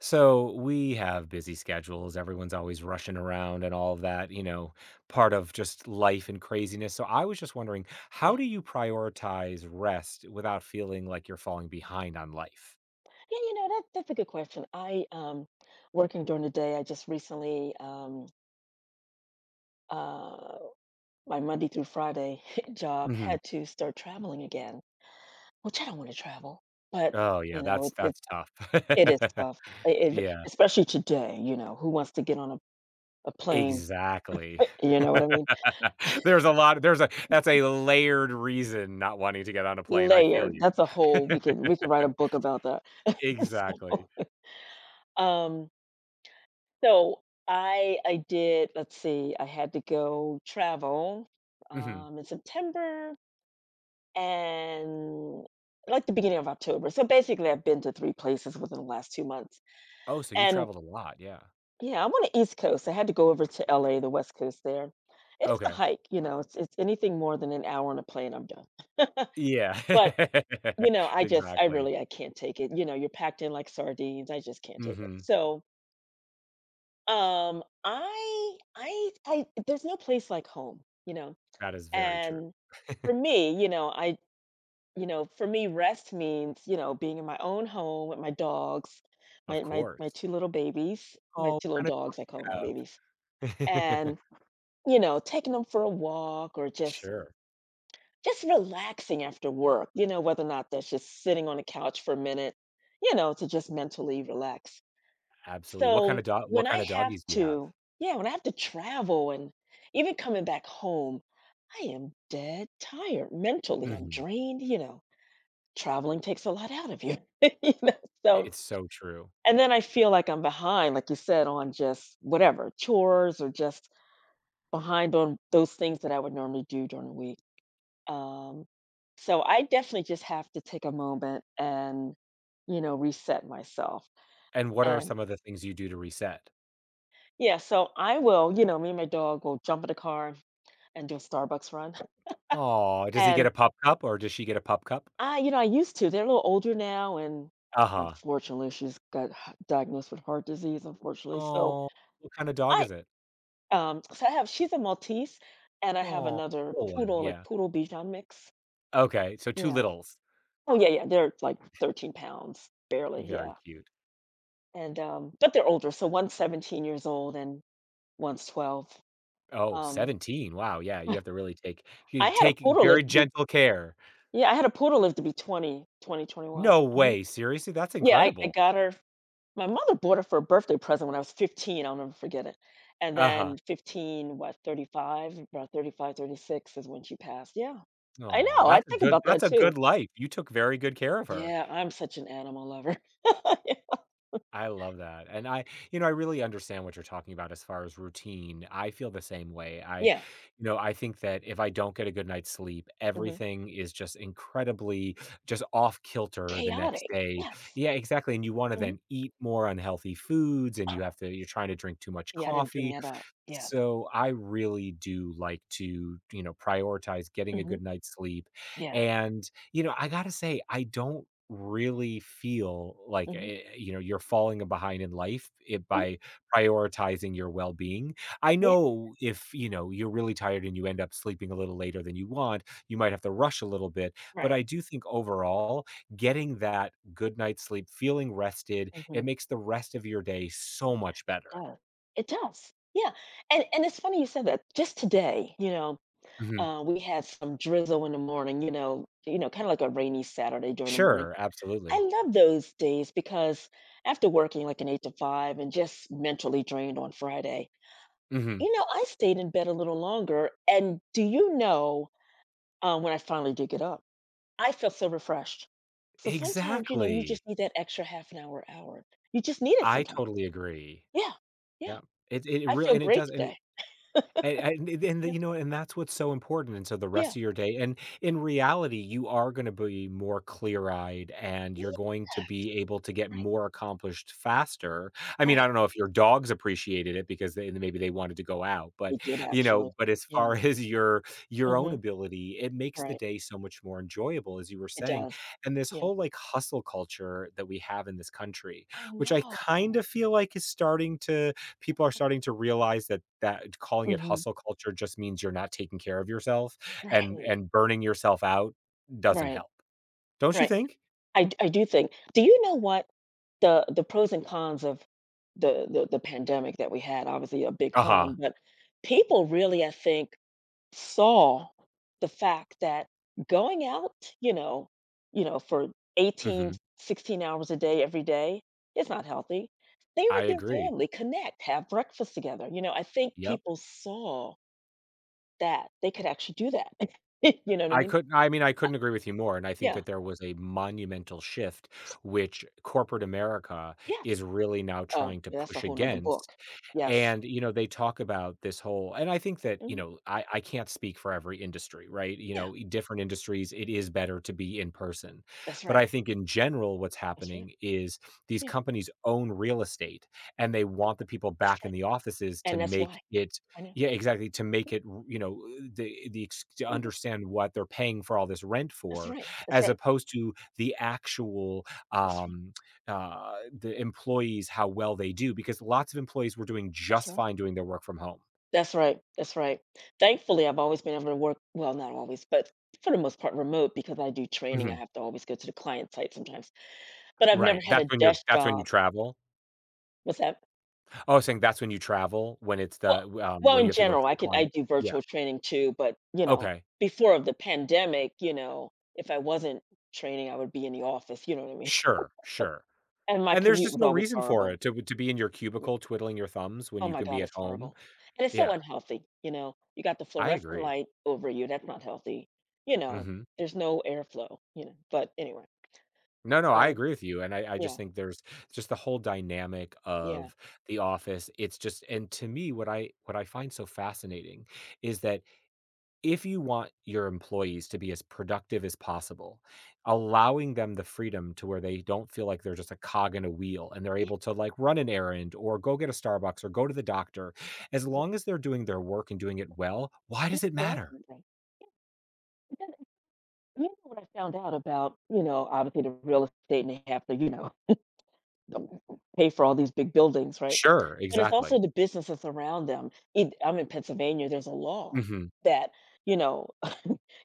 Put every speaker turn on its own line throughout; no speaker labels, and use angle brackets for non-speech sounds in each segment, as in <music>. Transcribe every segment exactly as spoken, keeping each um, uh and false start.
So we have busy schedules. Everyone's always rushing around and all of that, you know, part of just life and craziness. So I was just wondering, how
Yeah.
do you prioritize rest without feeling like you're falling behind on life?
Yeah, you know, that that's a good question. I um working during the day, I just recently um uh my Monday through Friday <laughs> job
Hmm.
had to start traveling again, which I don't want to travel, but
Oh
you
yeah,
know,
that's
it it,
that's tough.
it is
<laughs>
tough. It, it-
yeah,
especially today, you know, who wants to get on a, a plane,
exactly.
<laughs> you
<laughs>
know what I mean?
there's a lot. There's a That's a layered reason not wanting to get on a plane. I feel
Layered.
you.
That's a
<laughs>
whole, we could we could write a book about that. <laughs> So,
exactly.
um So I I did, let's see, I had to go travel
Hmm.
um in September and like the beginning of October. So basically I've been to three places within the last two months.
Oh, so you've
And
traveled a lot. Yeah.
yeah, I'm on the East Coast. I had to go over to L A, the West Coast there. It is a
Okay.
hike, you know, it's it's anything more than an hour on a plane, I'm done.
Yeah.
But you know,
<laughs>
I just I
Exactly.
really I can't take it. You know, you're packed in like sardines. I just can't take it.
Mhm.
So Um, I I I there's no place like home, you know?
That is very true.
And
<laughs>
for me, you know, I you know, for me, rest means, you know, being in my own home with my dogs,
Of
my my my
course.
two little babies, my
Oh,
two
what
little
kind of
dogs, I call them
dogs
my babies.
do you have?
And,
<laughs>
you know, taking them for a walk or just
Sure.
just relaxing after work, you know, whether or not that's just sitting on the couch for a minute, you know, to just mentally relax.
Absolutely. What kind
So
of dog what
when I
kind of
have
doggies do you have?
to yeah, when I have to travel and even coming back home, I am dead tired. Mentally, I'm
Mhm.
drained, you know. Traveling takes a lot out of you. <laughs> You know, so
It's so true.
and then I feel like I'm behind, like you said, on just whatever, chores or just behind on those things that I would normally do during the week. Um, so I definitely just have to take a moment and, you know, reset myself.
And what are some of the things you do to reset?
Yeah, so I will, you know, me and my dog will jump in the car and do a Starbucks run.
Oh, does he get
And
a pup cup or does she get a pup cup?
I, you know, I used to. They're a little older now, and
Uh-huh.
unfortunately, she's got h- diagnosed with heart disease, unfortunately. So
Oh, what kind of dog
I,
is it?
um, so I have, she's a Maltese, and I have
Oh,
another
little one,
poodle, like
yeah.
poodle Bichon mix.
Okay, so two
Yeah.
littles.
Oh, yeah, yeah. They're like thirteen pounds, barely.
Very
Yeah.
cute.
And, um, but they're older. So one's seventeen years old and one's twelve.
Oh,
Um,
seventeen! Wow, yeah, you have to really take you
I had a
take <laughs>
poodle live
very
to be
gentle care.
Yeah, I had a poodle live to be twenty, twenty, twenty-one.
No
Mhm.
way, seriously? That's
Yeah, I I
incredible.
got her my mother bought her for a birthday present when I was fifteen, I'll never forget it, and
Uh-huh.
then fifteen, what, thirty-five, about thirty-five, thirty-six is when she passed, yeah. I
Oh,
know, I
that's a
think
good
about that
that's a
too.
good life, you took very good care of her.
Yeah, I'm such an animal lover. <laughs> Yeah.
I love that, and I you know, I really understand what you're talking about as far as routine. I feel the same way. I you
Yeah,
know, I think that if I don't get a good night's sleep,
mhm.
everything is just incredibly just off kilter the next
Chaotic,
day.
yes.
Yeah, exactly, and you wanna
Mhm.
then eat more unhealthy foods, and you have to you're trying to drink too much
Yeah, I didn't bring
coffee.
that up, yes.
So, I really do like to, you know, prioritize getting a
Mhm,
good night's sleep,
yeah,
and, you know, I gotta say, I don't really feel like,
mhm,
eh, you know, you're falling behind in life it
mhm,
by prioritizing your well-being. I
yeah,
know if, you know, you're really tired and you end up sleeping a little later than you want, you might have to rush a little bit, but
right,
I do think overall, getting that good night's sleep, feeling rested, it
mhm.
makes the rest of your day so much better.
Does. It does. Yeah. And and it's funny you said that. Just today, you know,
Mhm.
uh, we had some drizzle in the morning, you know, you know, kind of like a rainy Saturday during the morning.
Sure,
I
absolutely.
love those days because after working like an eight to five and just mentally drained on Friday,
Mhm.
you know, I stayed in bed a little longer. And do you know, uh, when I finally did get up, I felt so refreshed. So sometimes, you know, you
Exactly.
just need that extra half an hour, hour. You just need it
I
sometimes.
totally agree.
Yeah. Yeah.
Yeah. It it
I
really
feel
and it
great
does and
today.
it I and and
Yeah.
you know, and that's what's so important, and so the rest
Yeah.
of your day and in reality, you are gonna be more clear-eyed, and
Yeah,
you're going to be able to get
right,
more accomplished faster. I mean, I
right.
don't know if your dogs appreciated it because they maybe they wanted to go out, but,
It did
you know,
actually.
but as
Yeah,
far <laughs> as your your own
mhm,
ability, it makes the
right.
day so much more enjoyable, as you were
It
saying,
does.
and this
Yeah.
whole, like, hustle culture that we have in this country,
I
which I
know.
kind of feel like is starting to people are
Yeah.
starting to realize that that calling it
Mhm.
hustle culture just means you're not taking care of yourself and
Right,
and burning yourself out doesn't
right,
help. Don't you
right.
think?
I d I do think, do you know what, the the pros and cons of the the the pandemic that we had, obviously a big
Uh-huh.
con, but people really, I think, saw the fact that going out, you know you know, for eighteen,
Mhm.
sixteen hours a day every day is not healthy. Stay
I
with your
agree.
family, connect, have breakfast together. You know, I think
Yep.
people saw that they could actually do that. <laughs> You know what I
I
mean?
couldn't I mean, I couldn't agree with you more, and I think
Yeah.
that there was a monumental shift, which corporate America
Yes.
is really now
Oh,
trying to
yeah, that's a
push
whole nother book.
against,
Yes.
and, you know, they talk about this whole and I think that, you
Mhm.
know, I I can't speak for every industry, right? You
Yeah.
know, i- different industries, it is better to be in person,
That's
but
right.
I think in general what's
That's right.
happening is these
Yeah.
companies own real estate, and they want the people
That's
back in
right.
the offices to
And that's
make
why.
it,
I know.
yeah, exactly, to make it, you know, uh, the the ex to
Mhm.
understand what they're paying for all this rent
That's
for,
right. That's
as
right.
opposed to the actual,
That's right.
um, uh, the employees, how well they do, because lots of employees were doing
That's
just
right.
fine doing their work from home.
That's right, that's right. Thankfully, I've always been able to work well, not always, but for the most part remote, because I do training, I
Mhm.
have to always go to the client site sometimes, but I've never
Right,
had
that's
a
when you're
desk
that's when you
job.
travel?
What's that?
Oh, I was saying that's when you travel, when it's the
Well
um,
well,
when
in
you have to go
general,
see
I
the
can I
client?
do
Yeah,
virtual training too, but, you know,
okay.
before of the pandemic, you know, if I wasn't training, I would be in the office, you know what I mean? <laughs>
Sure, sure.
And my
And there's
commute
just
was
no
always
reason for
horrible.
it to to be in your
Yeah.
cubicle twiddling your thumbs when
Oh
you
my
can
god,
be at
it's
home.
horrible. And it's so
Yeah,
unhealthy, you know? You got the
I
fluorescent
agree.
light over you, that's not healthy. You know,
Mhm.
there's no airflow, you know? But anyway,
No, no, I
so
agree with you, and I I just
yeah,
think there's just the whole dynamic
yeah.
of The Office, it's just, and to me, what I what I find so fascinating is that if you want your employees to be as productive as possible, allowing them the freedom to where they don't feel like they're just a cog in a wheel and they're
Yeah,
able to, like, run an errand or go get a Starbucks or go to the doctor, as long as they're doing their work and doing it well, why
I mean,
does it
where I
matter?
come from. Yeah, but then you know what I found out about, you know, obviously the real estate and they have to, you know, <laughs> the pay for all these big buildings, right?
Sure,
But it's also
exactly.
the businesses around them. It I'm in Pennsylvania, there's a law
Mhm.
that, you know,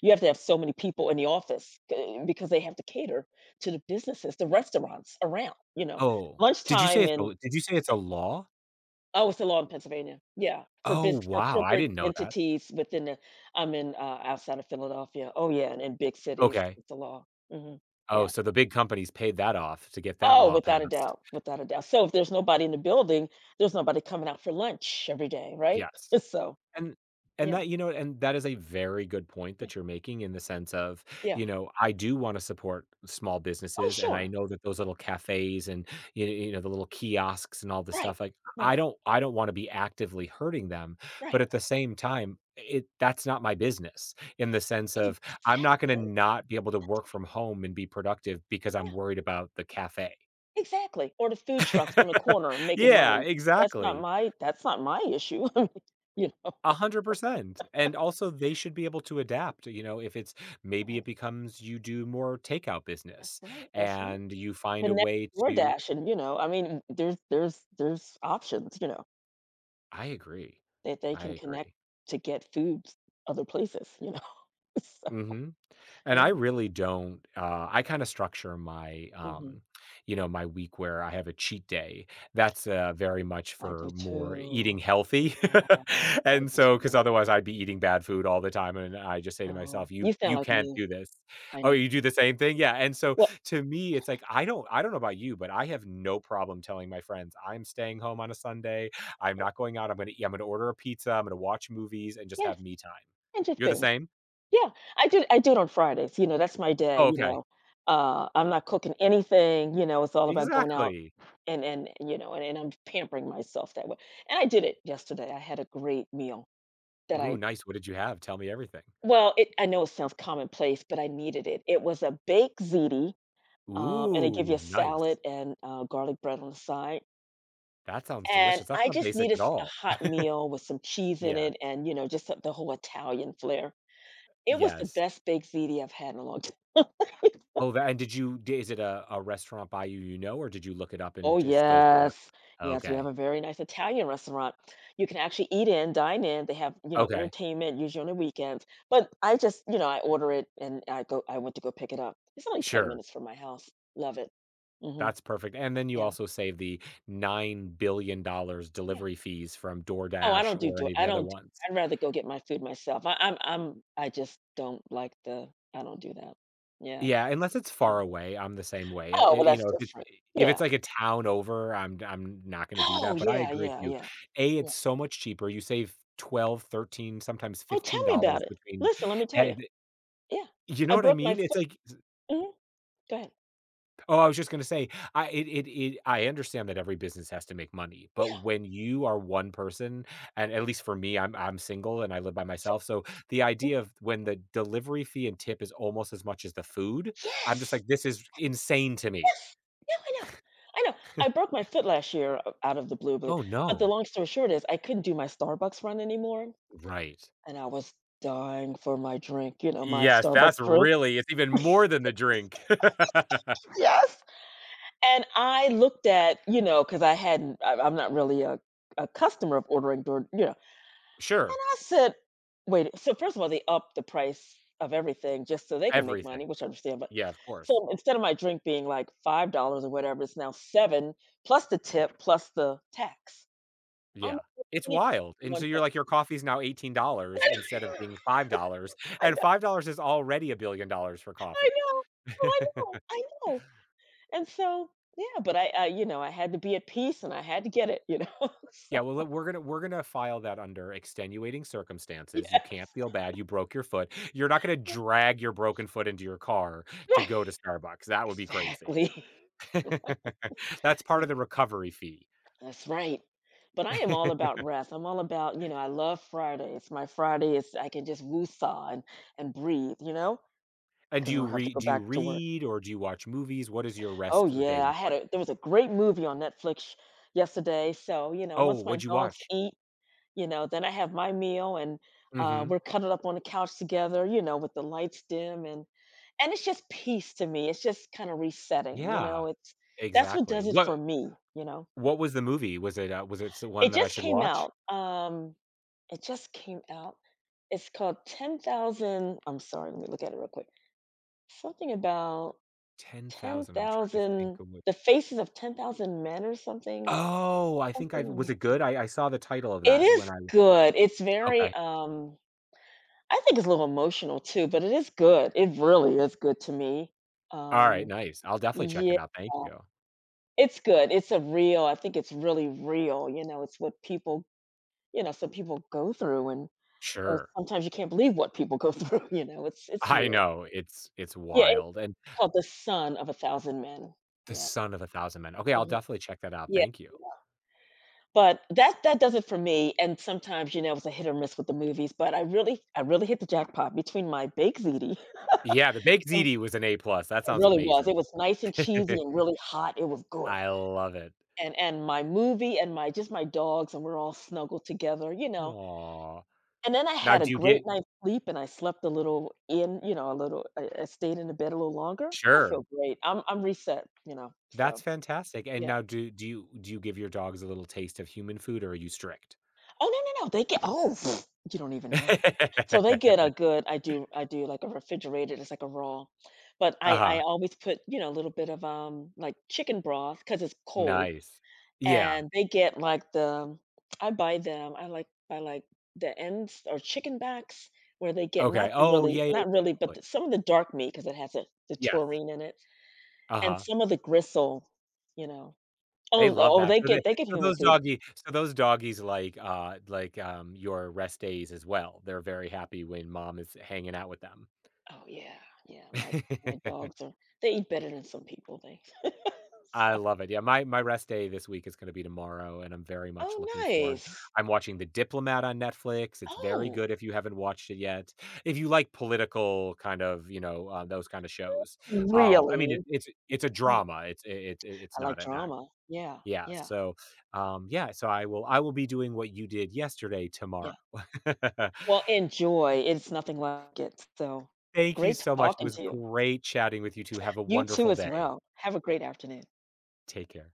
you have to have so many people in the office, eh, because they have to cater to the businesses, the restaurants around, you know?
Oh, did you say
Lunchtime
it's
and
a did you say it's
eh
a law?
oh, it's the law in Pennsylvania. Yeah, for
Oh,
bus for
wow, I
corporate
didn't know that.
entities within the I'm in, uh, outside of Philadelphia. Oh, yeah, and in big cities,
Okay.
it's the law. Mhm.
Oh,
Yeah.
so the big companies paid that off to get that
Oh,
law
without a
passed.
doubt, without a doubt. So if there's nobody in the building, there's nobody coming out for lunch every day, right?
Yes.
<laughs> So
And and
yeah,
that, you know, and that is a very good point
yeah,
that you're making in the sense of,
yeah.
you know, I do wanna support small
Oh,
businesses, and I
sure.
know that those little cafes and, you you know, the little kiosks and all this
Right,
stuff, like, I
right,
don't I don't wanna be actively hurting them, but
right.
at the same time, it that's not my business in the sense of I'm
Exactly.
not gonna not be able to
That's
work from home and be productive because I'm
Yeah.
worried about the cafe.
Exactly, or the food trucks on the
<laughs>
corner making
Yeah,
money. That's not
exactly.
my that's not my issue. <laughs> I mean, you know?
one hundred percent. And also they should be able to adapt, you know, if it's maybe
Right,
it becomes you do more takeout
that's
business
right, that's right.
and you find a
Connect
way to.
DoorDash and, you know, I mean, there's there's there's options, you know,
I agree.
that they
I
can connect
agree.
to get foods other places, you know? <laughs> So,
Mhm. And
yeah.
I really don't, uh, I kinda structure my,
Mhm.
um, you know, my week where I have a cheat day. That's, uh, very much
I do
for more
too.
eating healthy.
Yes,
<laughs>
I
And
do
so because
too.
otherwise I'd be eating bad food all the time, and I just say to
Oh,
myself, "You
you sound
you
like
can't
me.
do this."
I
Oh,
know.
you do the same thing? Yeah, and so
Well,
to me, it's like, I don't I don't know about you, but I have no problem telling my friends, "I'm staying home on a Sunday. I'm not going out. I'm gonna eat I'm gonna order a pizza. I'm gonna watch movies and just
yes,
have me time."
and just
You're the
binge.
same?
Yeah, I do I do it on Fridays, you know, that's my day,
Oh,
you
okay.
know, uh, I'm not cooking anything, you know, it's all about going out
Exactly.
and and, you know, and and I'm pampering myself that way, and I did it yesterday, I had a great meal that
Ooh,
I
nice. What did you have? Tell me everything.
well, it I know it sounds commonplace, but I needed it. It was a baked ziti, um, and they give you
Ooh,
a
nice.
salad and, uh, garlic bread on the side,
That sounds
and
delicious. That's
I
not
just
basic
needed
at
s a
all.
hot meal with some cheese in
Yeah.
it and, you know, just the the whole Italian flair. It was the
Yes.
best baked ziti I've had in a long <laughs> time.
Oh, that, and did you d is it a a restaurant by you you know, or did you look it up
Oh,
and just go for it?
yes. Yes, we have
Okay.
a very nice Italian restaurant. You can actually eat in, dine in. They have, you know,
Okay.
entertainment usually on the weekends. But I just, you know, I order it and I go I went to go pick it up. It's only ten
Sure.
minutes from my house. Love it. Mhm.
That's perfect, and then you
Yeah.
also save the nine billion dollars
Yeah.
delivery fees from
Oh, I don't
DoorDash
do
or
do
any of
I
the other
don't do
ones.
I'd rather go get my food myself. I I'm I'm I just don't like the I don't do that. Yeah.
Yeah, unless it's
Yeah.
far away, I'm the same way. Uh, i
Oh, well,
you
that's
know, if it's
different.
if
Yeah.
it's like a town over, I'm I'm not gonna do
Oh,
that, but I
yeah,
agree with
yeah,
you.
yeah,
A,
yeah.
it's so much cheaper. You save twelve, thirteen, sometimes
Oh, tell me about
fifteen dollars
it.
between
Listen, let me tell you.
and
Yeah.
you know
I
what I
broke my
mean? It's like,
Mhm. Go ahead.
oh, I was just gonna say, I it it it I understand that every business has to make money, but
Yeah.
when you are one person, and at least for me, I'm I'm single and I live by
So
myself, so the
mm,
idea of when the delivery fee and tip is almost as much as the food, I'm just
yes,
like, "This is insane to me."
yes. No, I know. I know. I
<laughs>
broke my foot last year o out of the blue, but
Oh,
but the
no.
long story short is I couldn't do my Starbucks run anymore,
Right.
and I was dying for my drink, you know, my
Yes,
Starbucks
that's
drink.
really it's even more than the drink. <laughs>
Yes. And I looked at, you know, because I hadn't I I'm not really a a customer of ordering door you know. And
Sure.
I said, wait, so first of all, they upped the price of everything just so they can make money,
Everything.
which I understand. But
Yeah, of course.
so instead of my drink being like five dollars or whatever, it's now seven plus the tip plus the tax. I'm
Yeah. It's
like,
wild, and
one
so you're
drink.
like, your coffee's now eighteen dollars instead of being
<laughs>
five dollars
I
and
know,
five dollars is already a billion dollars for
I
coffee.
know, oh, I know,
<laughs>
I know. And so, yeah, but I, I, you know, I had to be at peace and I had to get it, you know. <laughs>
Yeah,
So,
well, we're gonna we're gonna file that under extenuating circumstances, you
yeah,
can't feel bad, you broke your foot. You're not gonna drag your broken foot into your car to
<laughs> right,
go to Starbucks, that would be crazy.
exactly. <laughs>
<laughs> That's part
Yeah.
of the recovery fee.
That's right. But I am all
<laughs>
about rest. I'm all about, you know, I love Fridays. My Friday is I can just woo-saw and, and breathe, you know,
And do
because I
you
don't have to
read
go
do you
back to work.
read or do you watch movies? What does your
Oh
rest of the day
yeah, I
look
had
like?
a there was a great movie on Netflix yesterday. So, you know,
Oh,
once my
what'd you
dogs
watch?
eat, you know, then I have my meal and uh,
Mhm.
we're cuddled up on the couch together, you know, with the lights dim and and it's just peace to me. It's just kind of resetting, you
Yeah,
know. It's That's what
exactly.
does it
What
for me, you know.
what was the movie? Was it, uh, was it the
It
one that I
just
should
came
watch?
out. Um It just came out. It's called ten thousand, I'm sorry, let me look at it real quick. Something about
ten thousand, I'm trying to think
ten thousand,
of what.
The Faces of ten thousand Men or something.
Oh, I think I
Something, let
was
me
it
see.
good? I I saw the title of
It
that when
is
I.
good. It's very,
Okay.
um I think it's a little emotional too, but it is good. It really is good to me.
Alright,
Um,
nice. I'll definitely check
yeah.
it out, thank you.
It's good. It's a real I think it's really real, you know, it's what people, you know, some people go through, and or
Sure.
sometimes you can't believe what people go through, <laughs> you know, it's it's
I
real.
know, it's it's
Yeah, it's
wild, and
called The Son of a Thousand Men.
The
Yeah,
Son of a Thousand Men. Okay, I'll
mhm,
definitely check that out,
yeah,
thank you.
but that that does it for me, and sometimes, you know, it's a hit or miss with the movies, but I really I really hit the jackpot between my baked ziti,
Yeah, the baked
um,
ziti was an A plus, that
it
sounds
really was,
amazing.
it was nice and cheesy
<laughs>
and really hot, it was good,
I love it.
and and my movie and my just my dogs, and we're all snuggled together, you know,
Aw.
and then I
Now
had a
do you
great
get.
night's sleep, and I slept a little in, you know, a little, I I stayed in the bed a little longer. I
Sure,
feel great. I'm I'm reset, you know,
that's
so,
fantastic, and
yeah.
now do do you do you give your dogs a little taste of human food, or are you strict?
Oh, no, no, no, they get, oh, pfft, you don't even know. So they get a
<laughs>
good I do I do like a refrigerated, it's like a raw, but I I
Uh-huh,
always put, you know, a little bit of, um, like, chicken broth because it's cold,
nice. Yeah,
and they get, like, the I buy them I like I like the ends or chicken backs where they get not
okay,
the
oh,
really
yeah, yeah, yeah,
not really, but
totally.
the some of the dark meat because it has a the
Yes,
taurine in it, and
uh-huh,
some of the gristle, you know.
they
Oh,
love
oh,
that,
they
so they
get they get
so
human
those
food.
doggy. So those doggies like, uh like, um, your rest days as well, they're very happy when mom is hanging out with them.
Oh yeah, yeah, my my
<laughs>
dogs are, they eat better than some people, they <laughs>
I
so.
love it. Yeah, my my rest day this week is gonna be tomorrow, and I'm very much
Oh,
looking forward.
nice.
I'm watching The Diplomat on Netflix. It's very
Oh,
good if you haven't watched it yet. If you like political kind of, you know, uh, those kind of shows. Um, I mean, it
really?
it's it's a
Mhm.
drama. It's it it's it, it's
I like
not an act.
drama. Yeah,
Yeah,
yeah,
so, um, yeah, so I will I will be doing what you did yesterday
yeah.
tomorrow. <laughs>
Well, enjoy, it's nothing like it, so
Thank you
great
so much. It
talking
was
to you.
great chatting with you too. Have a
You too
wonderful
as
day.
well. Have a great afternoon.
Take care.